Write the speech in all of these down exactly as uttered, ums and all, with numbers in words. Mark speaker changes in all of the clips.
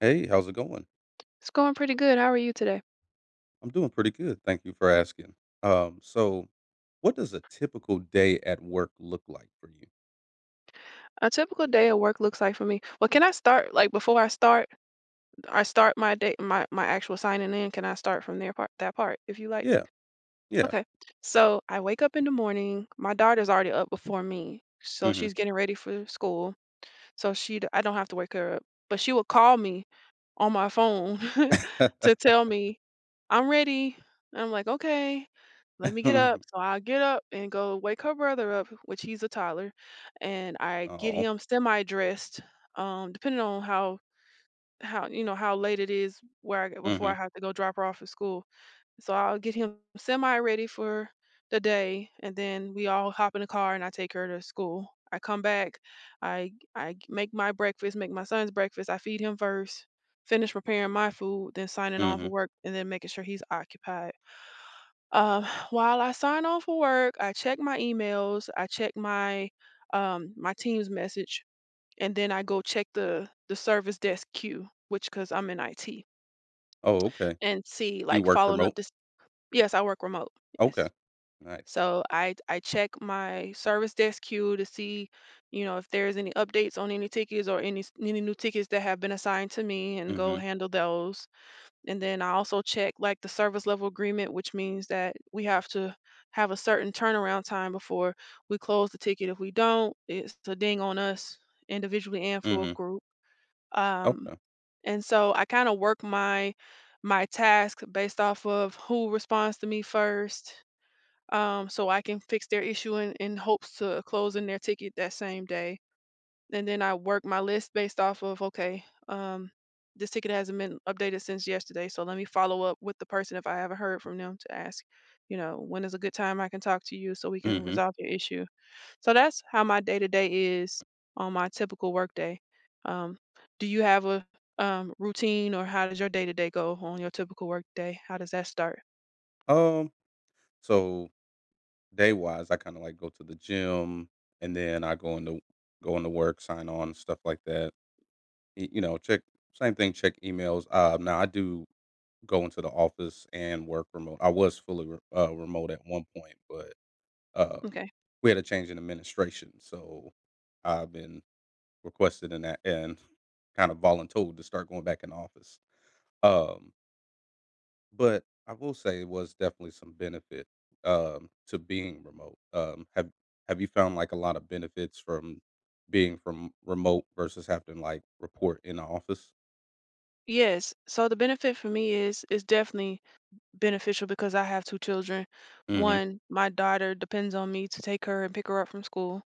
Speaker 1: Hey, how's it going?
Speaker 2: It's going pretty good. How are you today?
Speaker 1: I'm doing pretty good. Thank you for asking. Um, so what does a typical day at work look like for you?
Speaker 2: A typical day at work looks like for me. Well, can I start like before I start? I start my day, my my actual signing in. Can I start from there part that part if you like?
Speaker 1: Yeah, yeah.
Speaker 2: Okay. So I wake up in the morning. My daughter's already up before me, so
Speaker 1: Mhm.
Speaker 2: she's getting ready for school. So she'd I don't have to wake her up, but she would call me on my phone to tell me, "I'm ready." And I'm like, "Okay, let me get up." So I get up and go wake her brother up, which he's a toddler, and I get
Speaker 1: Oh.
Speaker 2: him semi-dressed, um, depending on how how you know how late it is where I before I
Speaker 1: Mhm.
Speaker 2: have to go drop her off at school. So I'll get him semi ready for the day, and then we all hop in the car and I take her to school. I come back, I I g- make my breakfast, make my son's breakfast. I feed him first, finish preparing my food, then signing on for
Speaker 1: Mhm.
Speaker 2: work, and then making sure he's occupied. Um, while I sign on for work, I check my emails, I check my um, my team's message, and then I go check the the service desk queue, which because I'm in I T,
Speaker 1: Oh, okay.
Speaker 2: and see
Speaker 1: You
Speaker 2: like
Speaker 1: work
Speaker 2: following up
Speaker 1: remote?
Speaker 2: this. Yes, I work remote.
Speaker 1: Okay.
Speaker 2: Yes.
Speaker 1: Nice.
Speaker 2: So I I check my service desk queue to see, you know, if there's any updates on any tickets or any s- any new tickets that have been assigned to me and go
Speaker 1: Mhm.
Speaker 2: handle those. And then I also check like the service level agreement, which means that we have to have a certain turnaround time before we close the ticket. If we don't, it's a ding on us individually and for a
Speaker 1: Mhm.
Speaker 2: group. Um,
Speaker 1: Okay.
Speaker 2: and so I kind of work my my task based off of who responds to me first, um, so I can fix their issue in, in hopes to closing their ticket that same day. And then I work my list based off of okay, um, this ticket hasn't been updated since yesterday, so let me follow up with the person if I haven't heard from them to ask, you know, when is a good time I can talk to you so we can
Speaker 1: Mhm.
Speaker 2: resolve your issue. So that's how my day to day is on my typical work day. Um, do you have a um, routine or how does your day to day go on your typical work day? How does that start?
Speaker 1: Um, so day-wise, I kinda like go to the gym and then I go into go into work, sign on, stuff like that. Y- You know, check same thing, check emails. Um, now I do go into the office and work remote. I was fully re- uh, remote at one point, but um,
Speaker 2: Okay.
Speaker 1: we had a change in administration, so I've been requested in that and kind of voluntold to start going back in the office. Um, but I will say it was definitely some benefit um, to being remote. Um, have Have you found like a lot of benefits from being from remote versus having to like report in the office?
Speaker 2: Yes. So the benefit for me is is definitely beneficial because I have two children.
Speaker 1: Mm-hmm.
Speaker 2: One, my daughter depends on me to take her and pick her up from school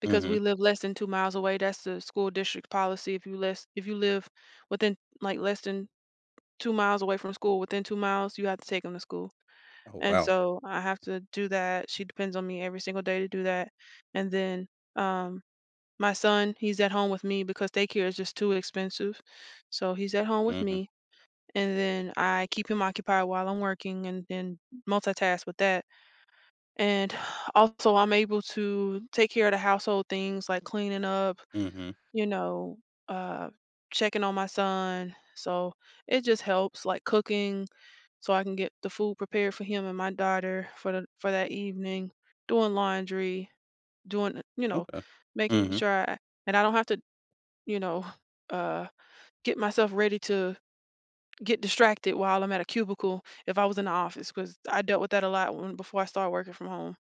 Speaker 2: because
Speaker 1: Mm-hmm.
Speaker 2: we live less than two miles away. That's the school district policy. If you less if you live within like less than two miles away from school, within two miles, you have to take them to school.
Speaker 1: Oh
Speaker 2: And
Speaker 1: wow.
Speaker 2: so I have to do that. She depends on me every single day to do that. And then um my son, he's at home with me because daycare is just too expensive. So he's at home with
Speaker 1: Mm-hmm.
Speaker 2: me and then I keep him occupied while I'm working and then multitask with that. And also, I'm able to take care of the household things like cleaning up,
Speaker 1: Mm-hmm.
Speaker 2: you know, uh, checking on my son. So it just helps, like cooking, so I can get the food prepared for him and my daughter for the for that evening. Doing laundry, doing you know,
Speaker 1: Okay.
Speaker 2: making
Speaker 1: Mm-hmm.
Speaker 2: sure I and I don't have to you know uh, get myself ready to get distracted while I'm at a cubicle if I was in the office because I dealt with that a lot when before I started working from home.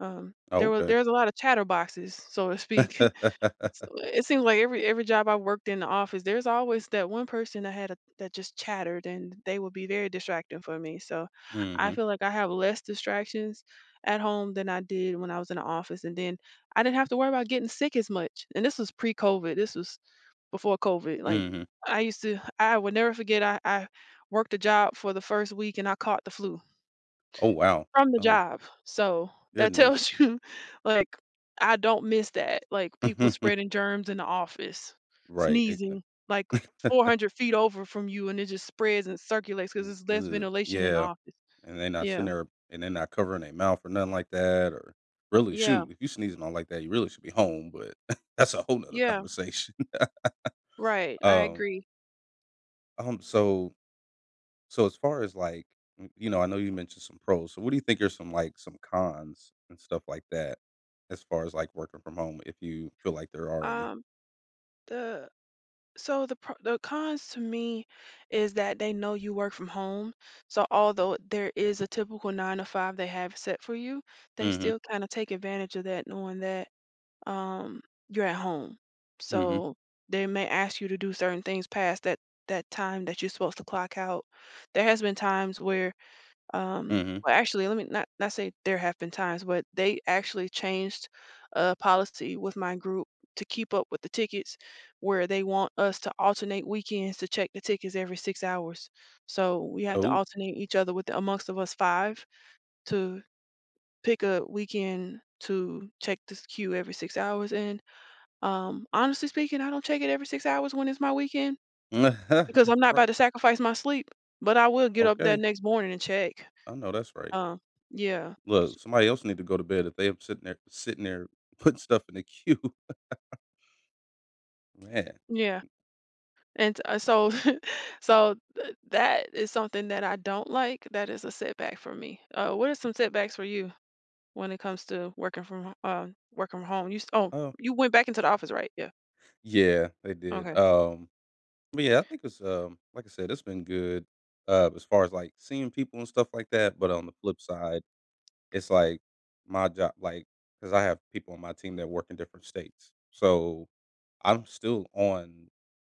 Speaker 2: Um,
Speaker 1: Oh,
Speaker 2: there was
Speaker 1: okay.
Speaker 2: there's a lot of chatterboxes, so to speak. So it seems like every every job I worked in the office, there's always that one person that had a, that just chattered, and they would be very distracting for me. So I
Speaker 1: Mhm.
Speaker 2: feel like I have less distractions at home than I did when I was in the office, and then I didn't have to worry about getting sick as much. And this was pre-COVID. This was before COVID. Like
Speaker 1: Mhm.
Speaker 2: I used to, I will never forget. I, I worked a job for the first week and I caught the flu
Speaker 1: Oh, wow.
Speaker 2: from the
Speaker 1: Oh,
Speaker 2: job. So that tells
Speaker 1: goodness.
Speaker 2: you, like, I don't miss that. Like people spreading germs in the office,
Speaker 1: Right.
Speaker 2: sneezing
Speaker 1: Exactly.
Speaker 2: like four hundred feet over from you, and it just spreads and circulates because it's less
Speaker 1: Ugh,
Speaker 2: ventilation in the
Speaker 1: yeah,
Speaker 2: office.
Speaker 1: and they're not sitting
Speaker 2: Yeah,
Speaker 1: there and they're not covering their mouth or nothing like that. Or really,
Speaker 2: yeah,
Speaker 1: shoot, if you sneezing on like that, you really should be home. But that's a whole nother
Speaker 2: yeah.
Speaker 1: conversation.
Speaker 2: Right. I
Speaker 1: Um,
Speaker 2: agree.
Speaker 1: um, so so as far as like y- you know, I know you mentioned some pros. So what do you think are some like some cons and stuff like that as far as like working from home, if you feel like there are any?
Speaker 2: Um, the So the pro the cons to me is that they know you work from home. So although there is a typical nine to five they have set for you, they
Speaker 1: Mm-hmm.
Speaker 2: still kinda take advantage of that knowing that, um, you're at home. So they may ask you to do certain things past that that time that you're supposed to clock out. There has been times where um,
Speaker 1: Mhm.
Speaker 2: well, actually, let me not not say there have been times, but they actually changed a policy with my group to keep up with the tickets, where they want us to alternate weekends to check the tickets every six hours. So we have to
Speaker 1: Oh.
Speaker 2: alternate each other with amongst of us five to pick a weekend to check this queue every six hours. And um, honestly speaking, I don't check it every six hours when it's my weekend because I'm not about
Speaker 1: Right.
Speaker 2: to sacrifice my sleep. But I will get up that
Speaker 1: Okay.
Speaker 2: next morning and check.
Speaker 1: I know that's right.
Speaker 2: Um, yeah.
Speaker 1: Look, somebody else need to go to bed if they up sitting there sitting there putting stuff in the queue. Man.
Speaker 2: Yeah, and uh, so so th- that is something that I don't like. That is a setback for me. Uh, what are some setbacks for you when it comes to working from ho- um working from home? You s- oh
Speaker 1: Oh,
Speaker 2: you went back into the office, right? Yeah.
Speaker 1: yeah, they did.
Speaker 2: Okay.
Speaker 1: Um, but yeah, I think it's um like I said, it's been good uh as far as like seeing people and stuff like that. But on the flip side, it's like my job like because I have people on my team that work in different states. So I'm still on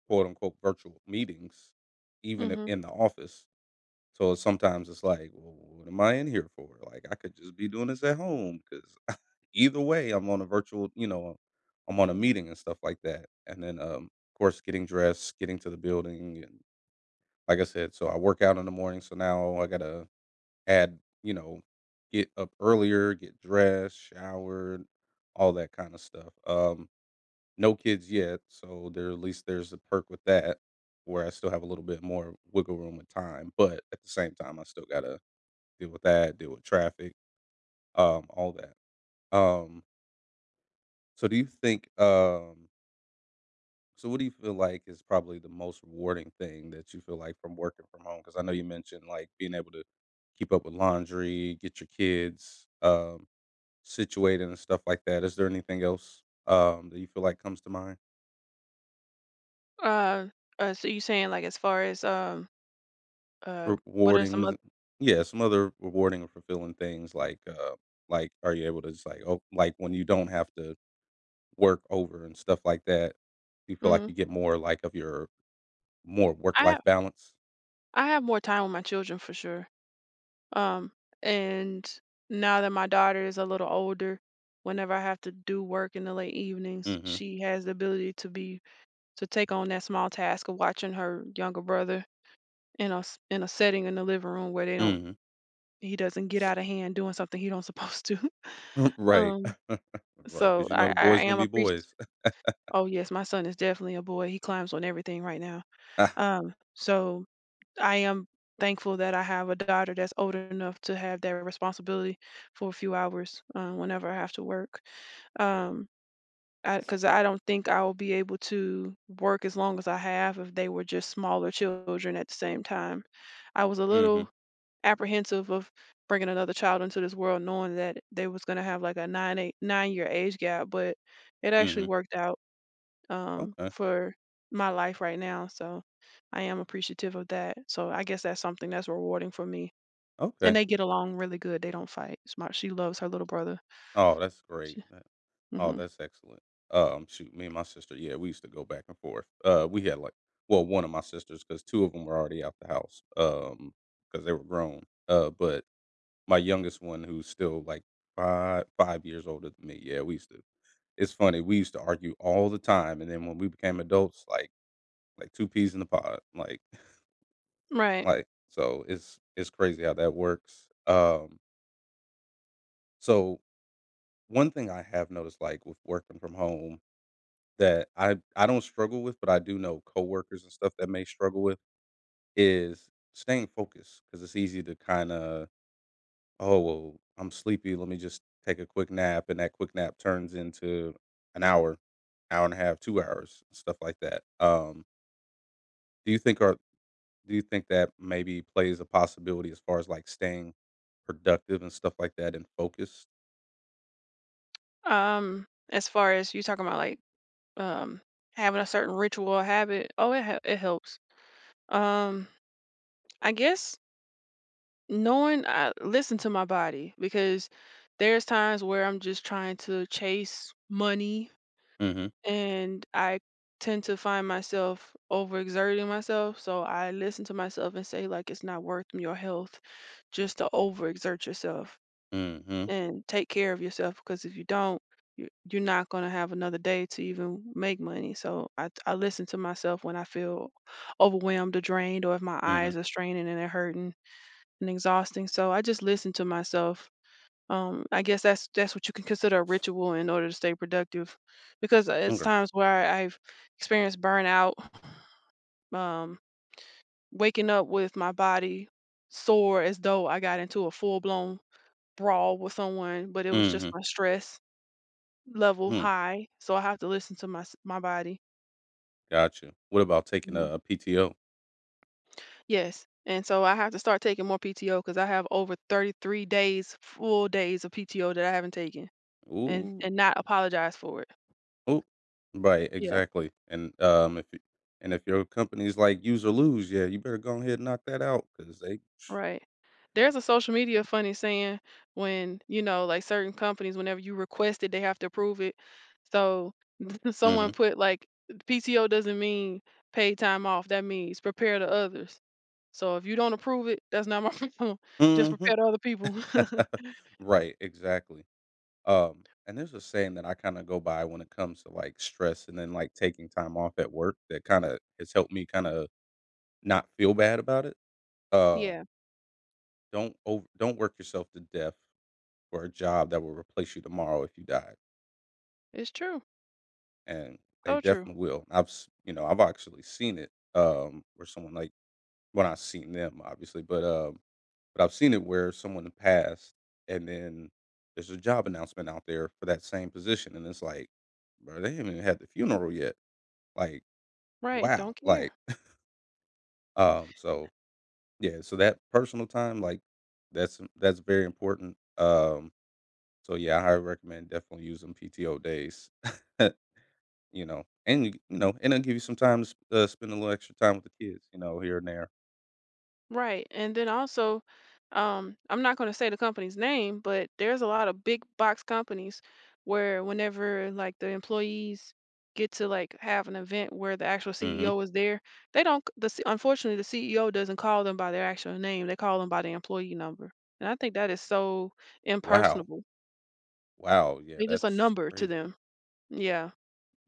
Speaker 1: quote unquote virtual meetings, even if
Speaker 2: Mhm.
Speaker 1: in the office. So sometimes it's like, well, what am I in here for? Like, I could just be doing this at home because either way, I'm on a virtual, you know, I'm on a meeting and stuff like that. And then, um, of course, getting dressed, getting to the building, and like I said, so I work out in the morning. So now I gotta add, you know, get up earlier, get dressed, showered, all that kind of stuff. Um, no kids yet, so there at least there's a perk with that, where I still have a little bit more wiggle room with time. But at the same time, I still gotta deal with that, deal with traffic, um, all that. Um, so do you think um so what do you feel like is probably the most rewarding thing that you feel like from working from home? Because I know you mentioned like being able to keep up with laundry, get your kids um situated and stuff like that. Is there anything else um that you feel like comes to mind?
Speaker 2: Uh, uh, so you saying like as far as um uh what are some other?
Speaker 1: Rewarding yeah, some other rewarding or fulfilling things like uh like are you able to just like oh like when you don't have to work over and stuff like that? Do you feel like
Speaker 2: Mhm.
Speaker 1: you get more, like, of your more
Speaker 2: I have
Speaker 1: work-life balance?
Speaker 2: I have more time with my children for sure. Um, and now that my daughter is a little older, whenever I have to do work in the late evenings,
Speaker 1: Mhm,
Speaker 2: she has the ability to be to take on that small task of watching her younger brother in a s- in a setting in the living room where they don't
Speaker 1: mhm.
Speaker 2: he doesn't get out of hand doing something he don't supposed to.
Speaker 1: Right,
Speaker 2: um,
Speaker 1: Right.
Speaker 2: so
Speaker 1: Because you know
Speaker 2: I
Speaker 1: the
Speaker 2: I
Speaker 1: boys gonna
Speaker 2: am
Speaker 1: be
Speaker 2: appreciative.
Speaker 1: boys.
Speaker 2: Oh yes, my son is definitely a boy. He climbs on everything right now. Um, so I am thankful that I have a daughter that's old enough to have that responsibility for a few hours, uh, whenever I have to work. Um, because I, 'cause I don't think I will be able to work as long as I have if they were just smaller children at the same time. I was a
Speaker 1: Mhm,
Speaker 2: little apprehensive of bringing another child into this world, knowing that they was going to have like a nine eight nine year age gap, but it actually
Speaker 1: mhm.
Speaker 2: worked out, um,
Speaker 1: Okay,
Speaker 2: for my life right now. So I am appreciative of that. So I guess that's something that's rewarding for me. And
Speaker 1: okay.
Speaker 2: they get along really good. They don't fight. Smart. She loves her little brother.
Speaker 1: Oh, that's great.
Speaker 2: She,
Speaker 1: That oh,
Speaker 2: hmm
Speaker 1: that's excellent. Um, shoot, me and my sister, yeah, we used to go back and forth. Uh, we had, like well, one of my sisters because two of them were already out the house. Um, because they were grown. Uh, but my youngest one who's still, like, 5 5 years older than me, yeah, we used to it's funny, we used to argue all the time, and then when we became adults, like like two peas in the pod, like
Speaker 2: Right.
Speaker 1: like, so it's it's crazy how that works. Um, so one thing I have noticed, like, with working from home that I I don't struggle with, but I do know coworkers and stuff that may struggle with is staying focused because it's easy to kinda, "Oh, well, I'm sleepy, let me just take a quick nap," and that quick nap turns into an hour, hour and a half, two hours, stuff like that. Um, do you think are Do you think that maybe plays a possibility as far as, like, staying productive and stuff like that and focused?
Speaker 2: Um, as far as you talking about like um having a certain ritual or habit oh it hel- it helps, um I guess knowing I listen to my body because there's times where I'm just trying to chase money
Speaker 1: Mhm,
Speaker 2: and I tend to find myself overexerting myself so I listen to myself and say like it's not worth your health just to overexert yourself
Speaker 1: mhm,
Speaker 2: and take care of yourself because if you don't, you- you're not going to have another day to even make money. So I, I listen to myself when I feel overwhelmed or drained, or if my
Speaker 1: mhm,
Speaker 2: eyes are straining and they're hurting and exhausting. So I just listen to myself. Um, I guess that's that's what you can consider a ritual in order to stay productive, because uh, it's
Speaker 1: okay,
Speaker 2: times where I've experienced burnout, um, waking up with my body sore as though I got into a full blown brawl with someone, but it was just
Speaker 1: mhm,
Speaker 2: my stress level
Speaker 1: hmm,
Speaker 2: high, so I have to listen to my s my body.
Speaker 1: gotcha. What about taking
Speaker 2: Mhm.
Speaker 1: a P T O?
Speaker 2: Yes, and so I have to start taking more P T O because I have over thirty-three days, full days of P T O that I haven't taken and
Speaker 1: Ooh,
Speaker 2: and not apologize for it.
Speaker 1: ooh, right,
Speaker 2: Yeah,
Speaker 1: exactly, and, um, if you and if your company's like use or lose, yeah, you better go ahead and knock that out because they
Speaker 2: right. There's a social media funny saying when, you know, like, certain companies, whenever you request it, they have to approve it. So, someone
Speaker 1: mhm,
Speaker 2: put, like, "P T O doesn't mean paid time off, that means prepare the others." So if you don't approve it, that's not my problem. Just
Speaker 1: mhm,
Speaker 2: prepare the other people.
Speaker 1: right, exactly. Um, and there's a saying that I kinda go by when it comes to, like, stress and then, like, taking time off at work that kinda has helped me kinda not feel bad about it.
Speaker 2: Yeah,
Speaker 1: Um, don't over don't work yourself to death for a job that will replace you tomorrow if you die,
Speaker 2: it's true.
Speaker 1: and they
Speaker 2: So true.
Speaker 1: definitely will. I've s you know, I've actually seen it, um, where someone, like when I seen them, obviously, but, um, but I've seen it where someone passed, and then there's a job announcement out there for that same position, and it's like, "Bro, they haven't even had the funeral yet." Like,
Speaker 2: Right.
Speaker 1: wow,
Speaker 2: Don't care.
Speaker 1: like, um, so, yeah, so that personal time, like, that's that's very important, um, so, yeah, I highly recommend definitely using P T O days, you know, and you you know, and it'll give you some time to s uh, spend a little extra time with the kids, you know, here and there.
Speaker 2: Right. And then also, um, I'm not going to say the company's name, but there's a lot of big box companies where whenever like the employees get to like have an event where the actual
Speaker 1: Mhm.
Speaker 2: C E O is there, they don't c- the C- unfortunately the C E O doesn't call them by their actual name. They call them by their employee number. And I think that is so
Speaker 1: Wow.
Speaker 2: impersonable.
Speaker 1: Wow, yeah,
Speaker 2: They're just a
Speaker 1: that's
Speaker 2: number to
Speaker 1: crazy.
Speaker 2: them. Yeah.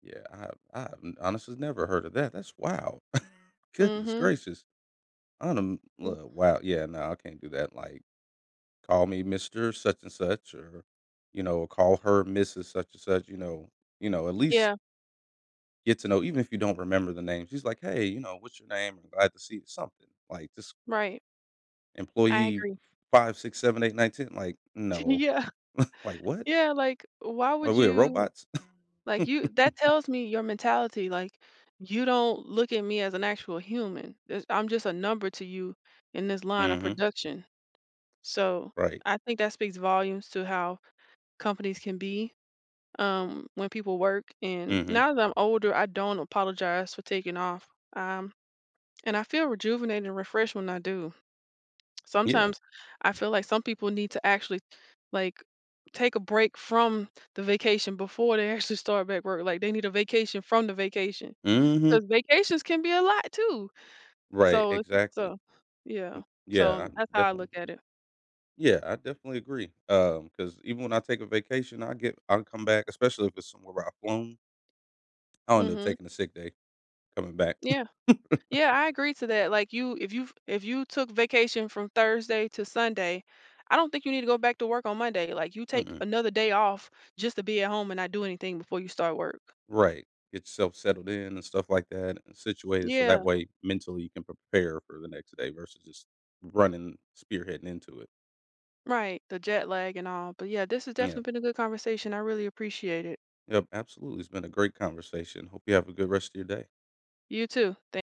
Speaker 1: Yeah, I have I have n honestly never heard of that, that's wow!
Speaker 2: mm
Speaker 1: Goodness
Speaker 2: Mhm.
Speaker 1: gracious. I don't
Speaker 2: Mm,
Speaker 1: look, wow, yeah, no, I can't do that, like, "Call me Mister such and such," or, you know, "Call her missus such and such," you know you know, at least
Speaker 2: yeah,
Speaker 1: get to know even if you don't remember the name, she's like, "Hey, you know, what's your name? I'm glad to see you," something, like, this.
Speaker 2: right. I
Speaker 1: Employee
Speaker 2: agree.
Speaker 1: five, six, seven, eight, nine, ten. Like, no,
Speaker 2: Yeah,
Speaker 1: like, what?
Speaker 2: yeah, like, why
Speaker 1: Are
Speaker 2: would
Speaker 1: we
Speaker 2: you
Speaker 1: robots?
Speaker 2: like, you that tells me your mentality, like, you don't look at me as an actual human. This I'm just a number to you in this line of
Speaker 1: Mhm,
Speaker 2: production. So,
Speaker 1: right,
Speaker 2: I think that speaks volumes to how companies can be, um, when people work, and
Speaker 1: mhm,
Speaker 2: now that I'm older, I don't apologize for taking off, um, and I feel rejuvenated and refreshed when I do.
Speaker 1: yeah,
Speaker 2: Sometimes I feel like some people need to actually like take a break from the vacation before they actually start back work. Like they need a vacation from the vacation
Speaker 1: mhm.
Speaker 2: because vacations can be a lot too.
Speaker 1: Right,
Speaker 2: So it's-
Speaker 1: exactly.
Speaker 2: so yeah.
Speaker 1: Mm, yeah, I
Speaker 2: So that's how I
Speaker 1: definitely
Speaker 2: look
Speaker 1: agree.
Speaker 2: at it.
Speaker 1: Yeah, I definitely agree. Um, because even when I take a vacation, I get I'll come back, especially if it's somewhere where I've flown, I'll end up
Speaker 2: Mhm.
Speaker 1: taking a sick day coming back.
Speaker 2: Yeah. Yeah, I agree to that. Like you if you if you took vacation from Thursday to Sunday, I don't think you need to go back to work on Monday. Like you take
Speaker 1: Mm-mm.
Speaker 2: another day off just to be at home and not do anything before you start work.
Speaker 1: Right. Get yourself settled in and stuff like that and situated so that
Speaker 2: Yeah.
Speaker 1: way mentally you can prepare for the next day versus just running spearheading into it.
Speaker 2: Right, the jet lag and all. But yeah, this has
Speaker 1: Yeah.
Speaker 2: definitely been a good conversation. I really appreciate it.
Speaker 1: Yep, absolutely. It's been a great conversation. Hope you have a good rest of your day.
Speaker 2: You too.